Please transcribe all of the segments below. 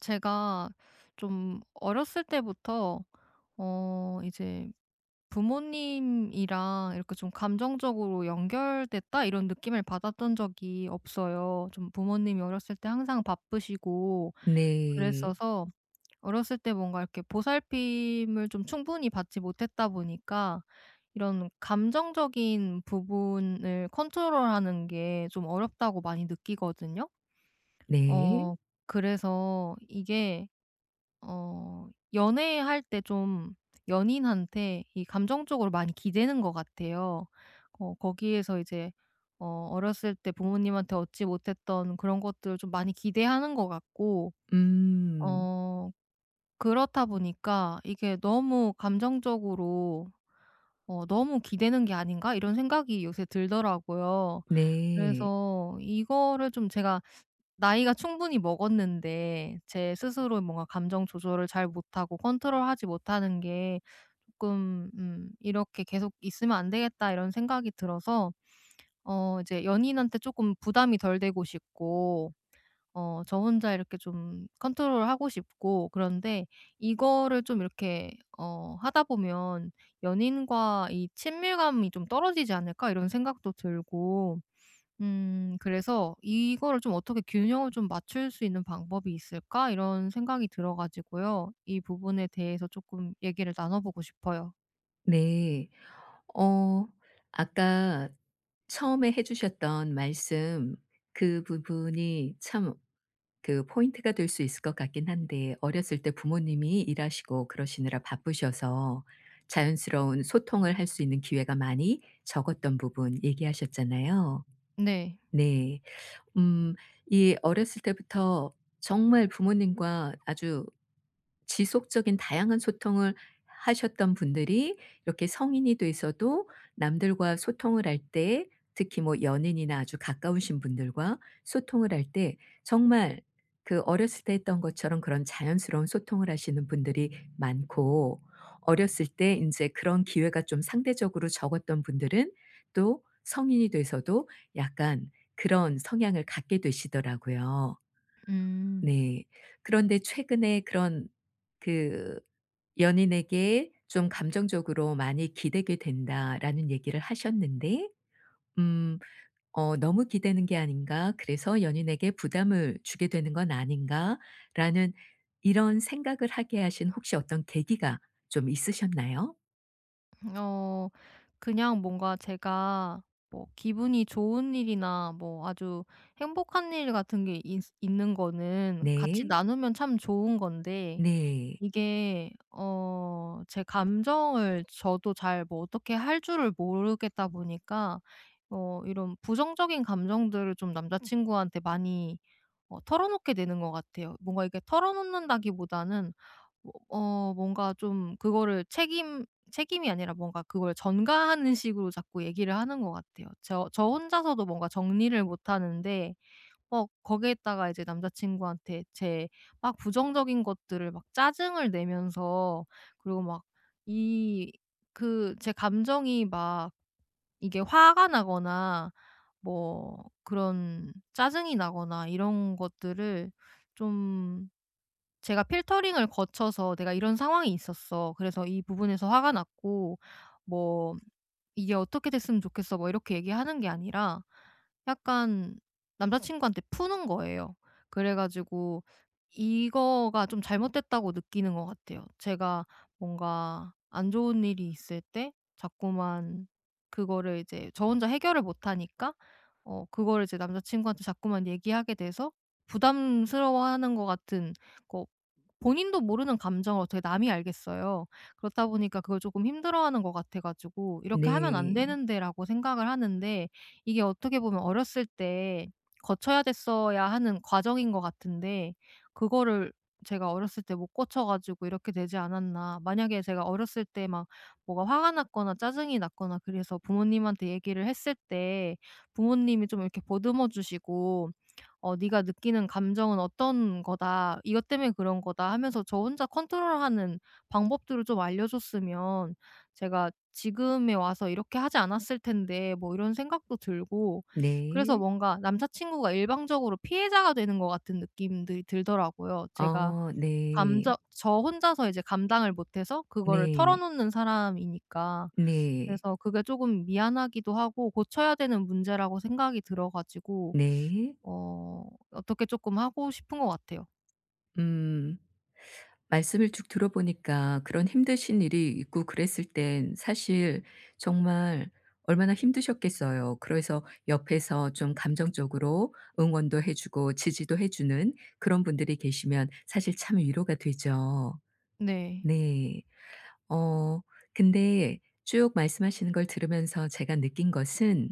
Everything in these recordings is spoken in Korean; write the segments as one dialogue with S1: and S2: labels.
S1: 제가 좀 어렸을 때부터 이제 부모님이랑 이렇게 좀 감정적으로 연결됐다 이런 느낌을 받았던 적이 없어요. 좀 부모님이 어렸을 때 항상 바쁘시고
S2: 네.
S1: 그랬어서 어렸을 때 뭔가 이렇게 보살핌을 좀 충분히 받지 못했다 보니까 이런 감정적인 부분을 컨트롤하는 게 좀 어렵다고 많이 느끼거든요.
S2: 네.
S1: 어 그래서 이게 어 연애할 때 좀 연인한테 이 감정적으로 많이 기대는 것 같아요. 거기에서 이제 어렸을 때 부모님한테 얻지 못했던 그런 것들을 좀 많이 기대하는 것 같고,
S2: 음.
S1: 어 그렇다 보니까 이게 너무 감정적으로 '너무 기대는 게 아닌가?' 이런 생각이 요새 들더라고요.
S2: 네.
S1: 그래서 이거를 좀 제가 나이가 충분히 먹었는데 제 스스로 뭔가 감정 조절을 잘 못하고 컨트롤하지 못하는 게 조금 '이렇게 계속 있으면 안 되겠다.' 이런 생각이 들어서 이제 연인한테 조금 부담이 덜 되고 싶고, 저 혼자 이렇게 좀 컨트롤하고 싶고, 그런데 이거를 좀 이렇게 하다 보면 '연인과 이 친밀감이 좀 떨어지지 않을까?' 이런 생각도 들고, 그래서 '이거를 좀 어떻게 균형을 좀 맞출 수 있는 방법이 있을까?' 이런 생각이 들어 가지고요. 이 부분에 대해서 조금 얘기를 나눠 보고 싶어요.
S2: 네. 어 아까 처음에 해 주셨던 말씀 그 부분이 참 그 포인트가 될 수 있을 것 같긴 한데 어렸을 때 부모님이 일하시고 그러시느라 바쁘셔서 자연스러운 소통을 할 수 있는 기회가 많이 적었던 부분 얘기하셨잖아요.
S1: 네.
S2: 네. 음 이 어렸을 때부터 정말 부모님과 아주 지속적인 다양한 소통을 하셨던 분들이 이렇게 성인이 돼서도 남들과 소통을 할 때 특히 뭐 연인이나 아주 가까우신 분들과 소통을 할 때 정말 그 어렸을 때 했던 것처럼 그런 자연스러운 소통을 하시는 분들이 많고 어렸을 때 인제 그런 기회가 좀 상대적으로 적었던 분들은 또 성인이 돼서도 약간 그런 성향을 갖게 되시더라고요.
S1: 음.
S2: 네. 그런데 최근에 그런 그 "연인에게 좀 감정적으로 많이 기대게 된다."라는 얘기를 하셨는데 음 '너무 기대는 게 아닌가? 그래서 연인에게 부담을 주게 되는 건 아닌가?'라는 이런 생각을 하게 하신 혹시 어떤 계기가 좀 있으셨나요?
S1: 어 그냥 뭔가 제가 뭐 기분이 좋은 일이나 뭐 아주 행복한 일 같은 게 있 있는 거는 같이
S2: 네.
S1: 나누면 참 좋은 건데,
S2: 네.
S1: 이게 제 감정을 저도 잘 뭐 어떻게 할 줄을 모르겠다 보니까 이런 부정적인 감정들을 좀 남자 친구한테 많이 털어놓게 되는 것 같아요. 뭔가 이게 털어놓는다기보다는 뭐 뭔가 좀 그거를 책임이 아니라 뭔가 그걸 전가하는 식으로 자꾸 얘기를 하는 것 같아요. 저 혼자서도 뭔가 정리를 못 하는데, 거기에다가 이제 남자친구한테 제 막 부정적인 것들을 막 짜증을 내면서, 그리고 막 이 그 제 감정이 막 이게 화가 나거나 뭐 그런 짜증이 나거나 이런 것들을 좀 제가 필터링을 거쳐서 "내가 이런 상황이 있었어. 그래서 이 부분에서 화가 났고 뭐 이게 어떻게 됐으면 좋겠어." 뭐 이렇게 얘기하는 게 아니라 약간 남자친구한테 푸는 거예요. 그래 가지고 이거가 좀 잘못됐다고 느끼는 것 같아요. 제가 뭔가 안 좋은 일이 있을 때 자꾸만 그거를 이제 저 혼자 해결을 못 하니까 그거를 이제 남자친구한테 자꾸만 얘기하게 돼서 부담스러워하는 것 같은 거. 본인도 모르는 감정을 어떻게 남이 알겠어요. 그렇다 보니까 그걸 조금 힘들어하는 것 같아 가지고 '이렇게 하면 안
S2: 네.
S1: 되는데.'라고 생각을 하는데, 이게 어떻게 보면 어렸을 때 거쳐야 됐어야 하는 과정인 것 같은데 그거를 제가 어렸을 때 못 거쳐 가지고 이렇게 되지 않았나. 만약에 제가 어렸을 때 막 뭐가 화가 났거나 짜증이 났거나 그래서 부모님한테 얘기를 했을 때 부모님이 좀 이렇게 보듬어 주시고 "네가 느끼는 감정은 어떤 거다. 이것 때문에 그런 거다." 하면서 저 혼자 컨트롤하는 방법들을 좀 알려줬으면 제가 지금에 와서 이렇게 하지 않았을 텐데, 뭐 이런 생각도 들고. 그래서
S2: 네.
S1: 뭔가 남자친구가 일방적으로 피해자가 되는 것 같은 느낌들이 들더라고요. 제가
S2: 어 네.
S1: 감정 저 혼자서 이제 감당을 못해서 그거를
S2: 네.
S1: 털어놓는 사람이니까.
S2: 네.
S1: 그래서 그게 조금 미안하기도 하고 고쳐야 되는 문제라고 생각이 들어 가지고
S2: 네.
S1: 어 어떻게 조금 하고 싶은 것 같아요.
S2: 음. 말씀을 쭉 들어보니까 그런 힘드신 일이 있고 그랬을 땐 사실 정말 얼마나 힘드셨겠어요. 그래서 옆에서 좀 감정적으로 응원도 해 주고 지지도 해 주는 그런 분들이 계시면 사실 참 위로가 되죠.
S1: 네.
S2: 네. 어 근데 쭉 말씀하시는 걸 들으면서 제가 느낀 것은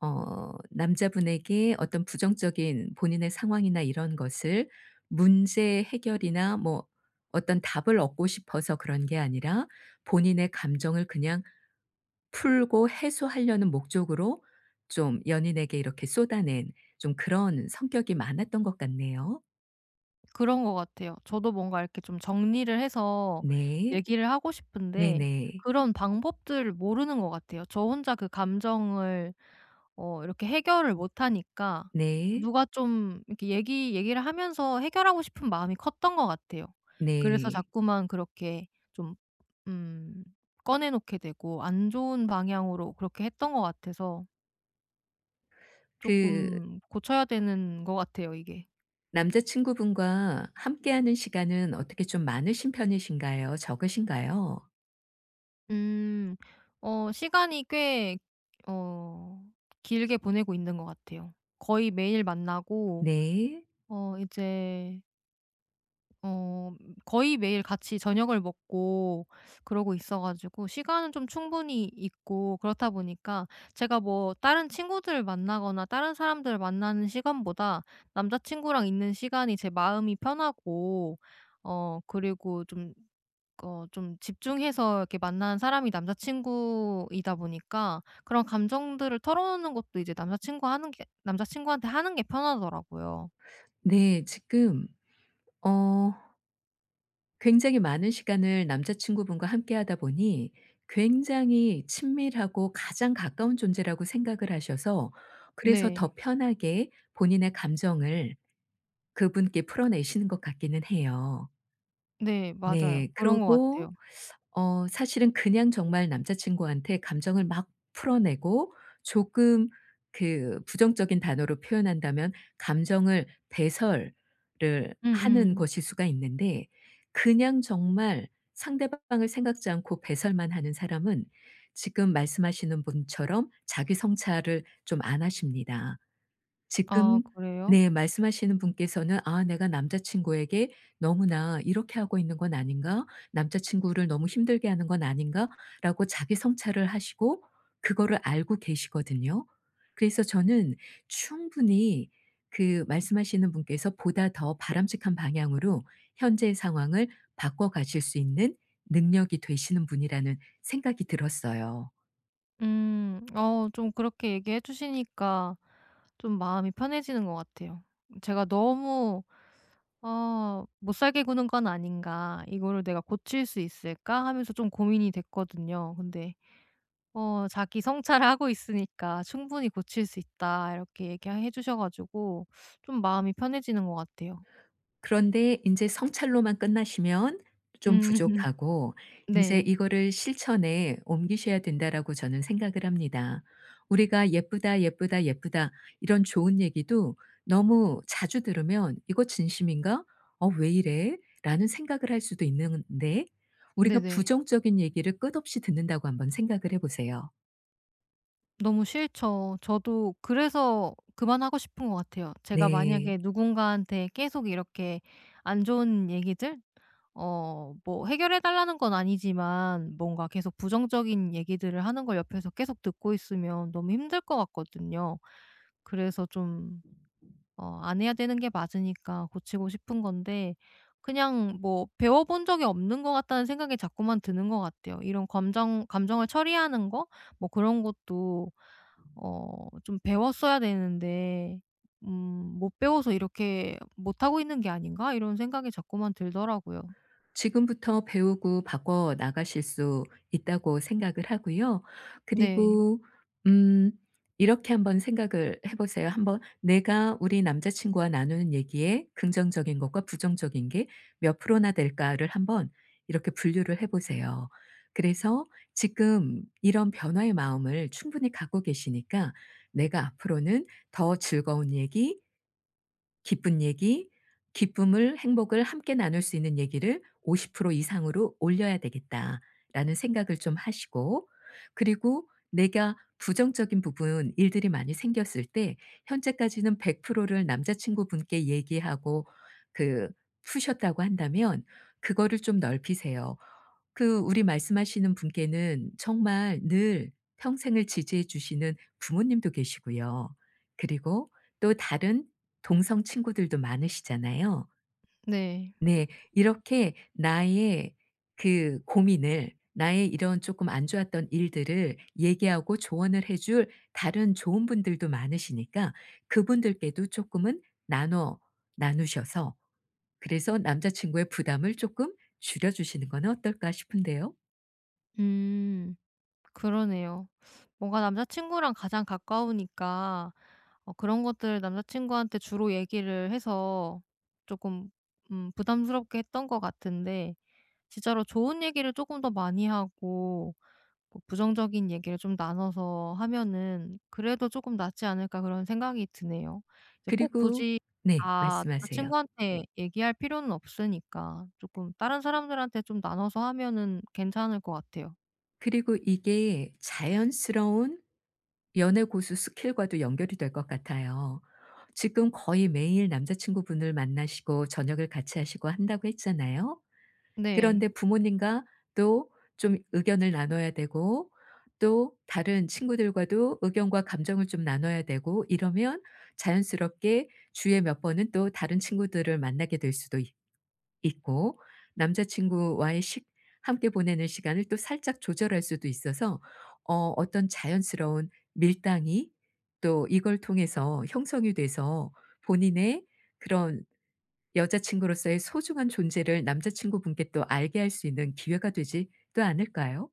S2: 남자분에게 어떤 부정적인 본인의 상황이나 이런 것을 문제 해결이나 뭐 어떤 답을 얻고 싶어서 그런 게 아니라 본인의 감정을 그냥 풀고 해소하려는 목적으로 좀 연인에게 이렇게 쏟아낸 좀 그런 성격이 많았던 것 같네요.
S1: 그런 것 같아요. 저도 뭔가 이렇게 좀 정리를 해서
S2: 네.
S1: 얘기를 하고
S2: 네네.
S1: 싶은데
S2: 네.
S1: 그런 방법들을 모르는 것 같아요. 저 혼자 그 감정을 이렇게 해결을 못 하니까
S2: 네.
S1: 누가 좀 이렇게 얘기를 하면서 해결하고 싶은 마음이 컸던 것 같아요. 그래서
S2: 네.
S1: 자꾸만 그렇게 좀 음 꺼내 놓게 되고 안 좋은 방향으로 그렇게 했던 것 같아서
S2: 그
S1: 쪼끔 고쳐야 되는 것 같아요 이게.
S2: 남자친구분과 함께하는 시간은 어떻게 좀 많으신 편이신가요? 적으신가요?
S1: 음. 시간이 꽤 어 길게 보내고 있는 것 같아요. 거의 매일 만나고
S2: 네.
S1: 이제 어 거의 매일 같이 저녁을 먹고 그러고 있어 가지고 시간은 좀 충분히 있고, 그렇다 보니까 제가 뭐 다른 친구들 만나거나 다른 사람들 만나는 시간보다 남자친구랑 있는 시간이 제 마음이 편하고, 그리고 좀 좀 집중해서 이렇게 만난 사람이 남자친구이다 보니까 그런 감정들을 털어놓는 것도 이제 남자친구한테 하는 게 편하더라고요.
S2: 네. 지금 어 굉장히 많은 시간을 남자친구분과 함께하다 보니 굉장히 친밀하고 가장 가까운 존재라고 생각을 하셔서 그래서
S1: 네.
S2: 더 편하게 본인의 감정을 그분께 풀어내시는 것 같기는 해요.
S1: 네, 맞아요.
S2: 네.
S1: 그런 것 같아요.
S2: 그러고 사실은 그냥 정말 남자친구한테 감정을 막 풀어내고 조금 그 부정적인 단어로 표현한다면 감정을 배설을 하는
S1: 음음.
S2: 것일 수가 있는데 그냥 정말 상대방을 생각지 않고 배설만 하는 사람은 지금 말씀하시는 분처럼 자기 성찰을 좀 안 하십니다.
S1: 아,
S2: 지금
S1: 그래요?
S2: 네 말씀하시는 분께서는 '아 내가 남자 친구에게 너무나 이렇게 하고 있는 건 아닌가? 남자 친구를 너무 힘들게 하는 건 아닌가?'라고 자기 성찰을 하시고 그거를 알고 계시거든요. 그래서 저는 충분히 그 말씀하시는 분께서 보다 더 바람직한 방향으로 현재의 상황을 바꿔 가실 수 있는 능력이 되시는 분이라는 생각이 들었어요.
S1: 음. 좀 그렇게 얘기해 주시니까 좀 마음이 편해지는 것 같아요. 제가 너무 못 살게 구는 건 아닌가. 이거를 내가 고칠 수 있을까?' 하면서 좀 고민이 됐거든요. 근데 자기 성찰을 하고 있으니까 "충분히 고칠 수 있다." 이렇게 얘기해 주셔 가지고 좀 마음이 편해지는 것 같아요.
S2: 그런데 인제 성찰로만 끝나시면 좀
S1: 음.
S2: 부족하고 인제
S1: 네.
S2: '이거를 실천에 옮기셔야 된다.'라고 저는 생각을 합니다. 우리가 "예쁘다, 예쁘다, 예쁘다." 이런 좋은 얘기도 너무 자주 들으면 '이거 진심인가? 어 왜 이래?' 라는 생각을 할 수도 있는데 우리가
S1: 네네.
S2: 부정적인 얘기를 끝없이 듣는다고 한번 생각을 해 보세요.
S1: 너무 싫죠. 저도 그래서 그만하고 싶은 것 같아요. 제가
S2: 네.
S1: 만약에 누군가한테 계속 이렇게 안 좋은 얘기들, 어 뭐 해결해 달라는 건 아니지만 뭔가 계속 부정적인 얘기들을 하는 걸 옆에서 계속 듣고 있으면 너무 힘들 것 같거든요. 그래서 좀 안 해야 되는 게 맞으니까 고치고 싶은 건데, 그냥 뭐 배워 본 적이 없는 것 같다는 생각이 자꾸만 드는 것 같아요. 이런 감정을 처리하는 거, 뭐 그런 것도 어 좀 배웠어야 되는데, 음 '못 배워서 이렇게 못하고 있는 게 아닌가?' 이런 생각이 자꾸만 들더라고요.
S2: 지금부터 배우고 바꿔 나가실 수 있다고 생각을 하고요.
S1: 네.
S2: 그리고 음 이렇게 한번 생각을 해 보세요. 한번 내가 우리 남자친구와 나누는 얘기에 긍정적인 것과 부정적인 게 몇 프로나 될까를 한번 이렇게 분류를 해 보세요. 그래서 지금 이런 변화의 마음을 충분히 갖고 계시니까 '내가 앞으로는 더 즐거운 얘기, 기쁜 얘기, 기쁨을 행복을 함께 나눌 수 있는 얘기를 50% 이상으로 올려야 되겠다'라는 생각을 좀 하시고 그리고 내가 부정적인 부분 일들이 많이 생겼을 때 현재까지는 100%를 남자친구분께 얘기하고 그 푸셨다고 한다면 그거를 좀 넓히세요. 그 우리 말씀하시는 분께는 정말 늘 평생을 지지해 주시는 부모님도 계시고요. 그리고 또 다른 동성 친구들도 많으시잖아요.
S1: 네.
S2: 네. 이렇게 나의 그 고민을 나의 이런 조금 안 좋았던 일들을 얘기하고 조언을 해줄 다른 좋은 분들도 많으시니까 그분들께도 조금은 나눠 나누셔서 그래서 남자 친구의 부담을 조금 줄여 주시는 건 어떨까 싶은데요.
S1: 음. 그러네요. 뭔가 남자 친구랑 가장 가까우니까 그런 것들 남자친구한테 주로 얘기를 해서 조금 부담스럽게 했던 것 같은데, 진짜로 좋은 얘기를 조금 더 많이 하고 뭐 부정적인 얘기를 좀 나눠서 하면은 그래도 조금 낫지 않을까 그런 생각이 드네요. 이제 꼭
S2: 그리고
S1: 굳이
S2: 네
S1: 다
S2: 말씀하세요.
S1: 남자친구한테 얘기할 필요는 없으니까 조금 다른 사람들한테 좀 나눠서 하면은 괜찮을 것 같아요.
S2: 그리고 이게 자연스러운 연애 고수 스킬과도 연결이 될 것 같아요. 지금 거의 매일 남자친구분을 만나시고 저녁을 같이 하시고 한다고 했잖아요.
S1: 네.
S2: 그런데 부모님과 또 좀 의견을 나눠야 되고 또 다른 친구들과도 의견과 감정을 좀 나눠야 되고 이러면 자연스럽게 주에 몇 번은 또 다른 친구들을 만나게 될 수도 있고 남자친구와의 식 함께 보내는 시간을 또 살짝 조절할 수도 있어서 어떤 자연스러운 밀당이 또 이걸 통해서 형성이 돼서 본인의 그런 여자친구로서의 소중한 존재를 남자친구분께 또 알게 할 수 있는 기회가 되지 또 않을까요?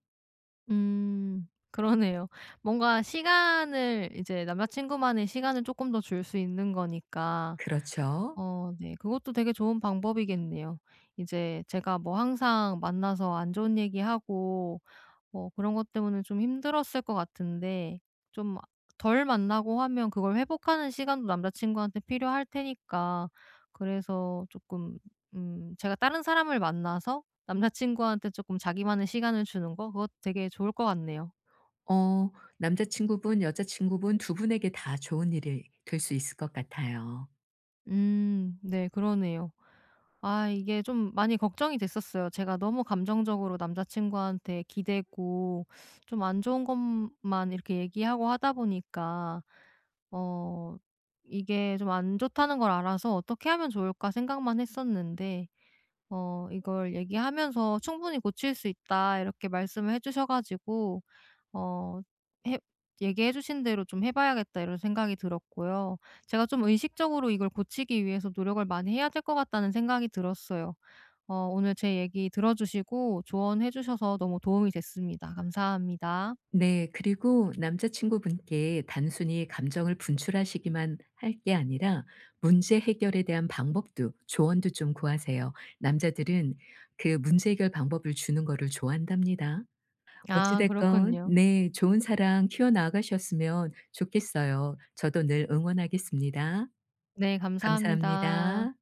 S1: 음. 그러네요. 뭔가 시간을 이제 남자친구만의 시간을 조금 더 줄 수 있는 거니까,
S2: 그렇죠.
S1: 네, 그것도 되게 좋은 방법이겠네요. 이제 제가 뭐 항상 만나서 안 좋은 얘기하고 뭐 그런 것 때문에 좀 힘들었을 것 같은데, 좀 덜 만나고 하면 그걸 회복하는 시간도 남자친구한테 필요할 테니까, 그래서 조금 제가 다른 사람을 만나서 남자친구한테 조금 자기만의 시간을 주는 거, 그것도 되게 좋을 것 같네요.
S2: 어 남자친구분, 여자친구분 두 분에게 다 좋은 일이 될 수 있을 것 같아요.
S1: 음네, 그러네요. 아, 이게 좀 많이 걱정이 됐었어요. 제가 너무 감정적으로 남자 친구한테 기대고 좀 안 좋은 것만 이렇게 얘기하고 하다 보니까, 어 이게 좀 안 좋다는 걸 알아서 '어떻게 하면 좋을까?' 생각만 했었는데, 이걸 얘기하면서 "충분히 고칠 수 있다." 이렇게 말씀을 해 주셔 가지고 어 해 얘기해 주신 대로 좀 해 봐야겠다 이런 생각이 들었고요. 제가 좀 의식적으로 이걸 고치기 위해서 노력을 많이 해야 될 것 같다는 생각이 들었어요. 오늘 제 얘기 들어 주시고 조언해 주셔서 너무 도움이 됐습니다. 감사합니다.
S2: 네. 그리고 남자친구분께 단순히 감정을 분출하시기만 할 게 아니라 문제 해결에 대한 방법도 조언도 좀 구하세요. 남자들은 그 문제 해결 방법을 주는 거를 좋아한답니다. 어찌
S1: 아,
S2: 됐건
S1: 그렇군요.
S2: 네. 좋은 사랑 키워나가셨으면 좋겠어요. 저도 늘 응원하겠습니다.
S1: 네, 감사합니다.
S2: 감사합니다.